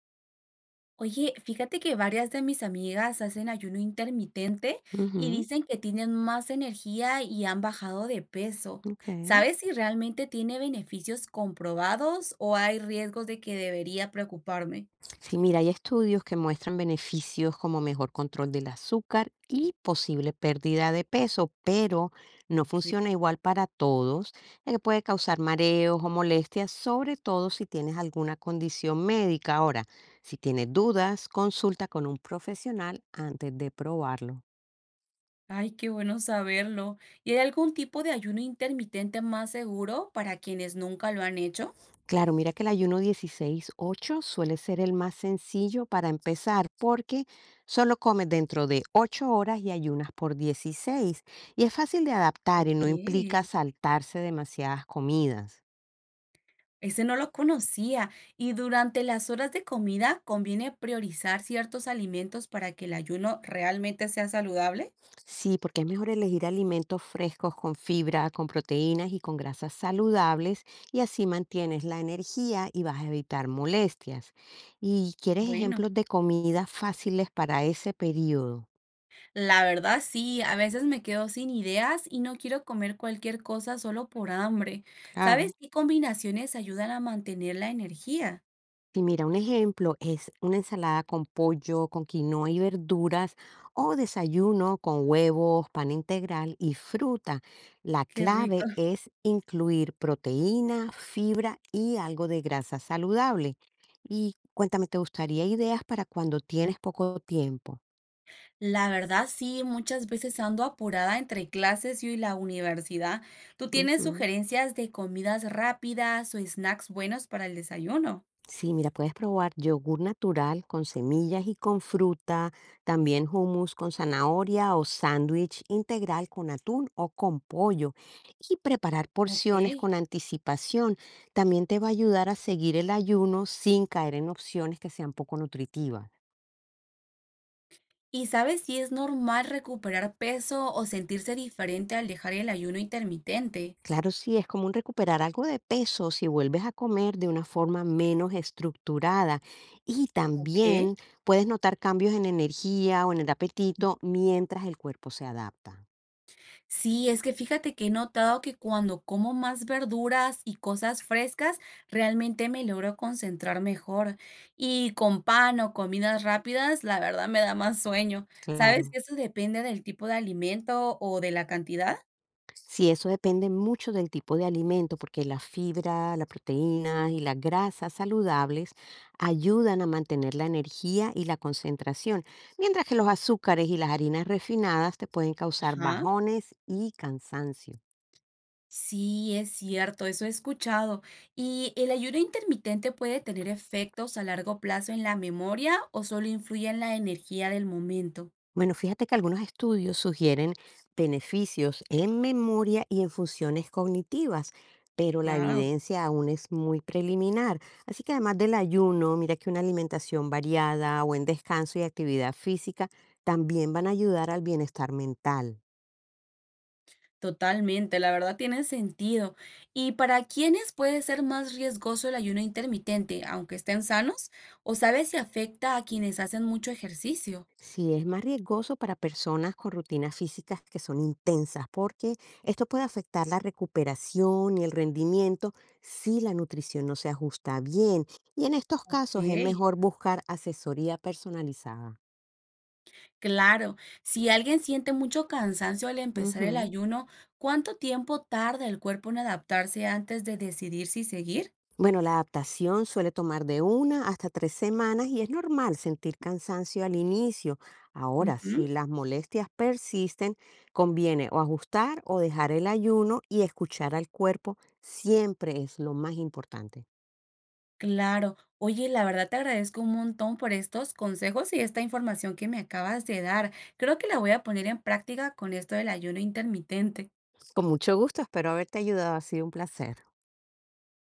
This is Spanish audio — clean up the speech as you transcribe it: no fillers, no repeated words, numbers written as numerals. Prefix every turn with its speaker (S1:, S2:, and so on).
S1: Oye, fíjate que varias de mis amigas hacen ayuno intermitente y
S2: Ujú,
S1: dicen que tienen más energía y han bajado de peso.
S2: ok.
S1: ¿Sabes si realmente tiene beneficios comprobados o hay riesgos de que debería preocuparme?
S2: Sí, mira, hay estudios que muestran beneficios como mejor control del azúcar y posible pérdida de peso, pero no
S1: Ok.
S2: funciona igual para todos, ya que puede causar mareos o molestias, sobre todo si tienes alguna condición médica. Ahora, si tienes dudas, consulta con un profesional antes de probarlo.
S1: Ay, qué bueno saberlo. ¿Y hay algún tipo de ayuno intermitente más seguro para quienes nunca lo han hecho?
S2: Claro, mira que el ayuno 16/8 suele ser el más sencillo para empezar porque solo comes dentro de 8 horas y ayunas por 16 y es fácil de adaptar y
S1: Ok.
S2: no implica saltarse demasiadas comidas.
S1: Ese no lo conocía. Y durante las horas de comida, ¿conviene priorizar ciertos alimentos para que el ayuno realmente sea saludable?
S2: Sí, porque es mejor elegir alimentos frescos con fibra, con proteínas y con grasas saludables y así mantienes la energía y vas a evitar molestias. ¿Y quieres
S1: Bueno,
S2: ejemplos de comidas fáciles para ese periodo?
S1: la verdad sí, a veces me quedo sin ideas y no quiero comer cualquier cosa solo por hambre. ¿Sabes
S2: Claro.
S1: qué combinaciones ayudan a mantener la energía?
S2: Sí, mira, un ejemplo es una ensalada con pollo, con quinoa y verduras, o desayuno con huevos, pan integral y fruta. La
S1: Qué rico.
S2: clave es incluir proteína, fibra y algo de grasa saludable. Y cuéntame, ¿te gustaría ideas para cuando tienes poco tiempo?
S1: La verdad sí, muchas veces ando apurada entre clases y la universidad. ¿Tú tienes
S2: Ujú.
S1: sugerencias de comidas rápidas o snacks buenos para el desayuno?
S2: Sí, mira, puedes probar yogur natural con semillas y con fruta, también hummus con zanahoria o sándwich integral con atún o con pollo. Y preparar porciones
S1: Ok.
S2: con anticipación también te va a ayudar a seguir el ayuno sin caer en opciones que sean poco nutritivas.
S1: ¿Y sabes si es normal recuperar peso o sentirse diferente al dejar el ayuno intermitente?
S2: Claro, sí, es común recuperar algo de peso si vuelves a comer de una forma menos estructurada. Y
S1: Ok,
S2: también puedes notar cambios en energía o en el apetito mientras el cuerpo se adapta.
S1: sí, es que fíjate que he notado que cuando como más verduras y cosas frescas, realmente me logro concentrar mejor. Y con pan o comidas rápidas, la verdad me da más sueño.
S2: Claro.
S1: ¿Sabes si eso depende del tipo de alimento o de la cantidad?
S2: Sí, eso depende mucho del tipo de alimento, porque la fibra, la proteína y las grasas saludables ayudan a mantener la energía y la concentración, mientras que los azúcares y las harinas refinadas te pueden causar
S1: Ajá.
S2: bajones y cansancio.
S1: Sí, es cierto, eso he escuchado. ¿Y el ayuno intermitente puede tener efectos a largo plazo en la memoria o solo influye en la energía del momento?
S2: Bueno, fíjate que algunos estudios sugieren beneficios en memoria y en funciones cognitivas, pero la
S1: Wow,
S2: evidencia aún es muy preliminar. Así que además del ayuno, mira que una alimentación variada, buen descanso y actividad física también van a ayudar al bienestar mental.
S1: totalmente, la verdad tiene sentido. ¿Y para quiénes puede ser más riesgoso el ayuno intermitente, aunque estén sanos? ¿O sabes si afecta a quienes hacen mucho ejercicio?
S2: Sí, es más riesgoso para personas con rutinas físicas que son intensas, porque esto puede afectar la recuperación y el rendimiento si la nutrición no se ajusta bien. Y en estos
S1: Ok.
S2: casos es mejor buscar asesoría personalizada.
S1: Claro, si alguien siente mucho cansancio al empezar el
S2: Ujú.
S1: ayuno, ¿cuánto tiempo tarda el cuerpo en adaptarse antes de decidir si seguir?
S2: Bueno, la adaptación suele tomar de una hasta 3 semanas y es normal sentir cansancio al inicio. Ahora,
S1: Ujú,
S2: si las molestias persisten, conviene o ajustar o dejar el ayuno y escuchar al cuerpo siempre es lo más importante.
S1: claro. Oye, la verdad te agradezco un montón por estos consejos y esta información que me acabas de dar. Creo que la voy a poner en práctica con esto del ayuno intermitente.
S2: Con mucho gusto, espero haberte ayudado. Ha sido un placer.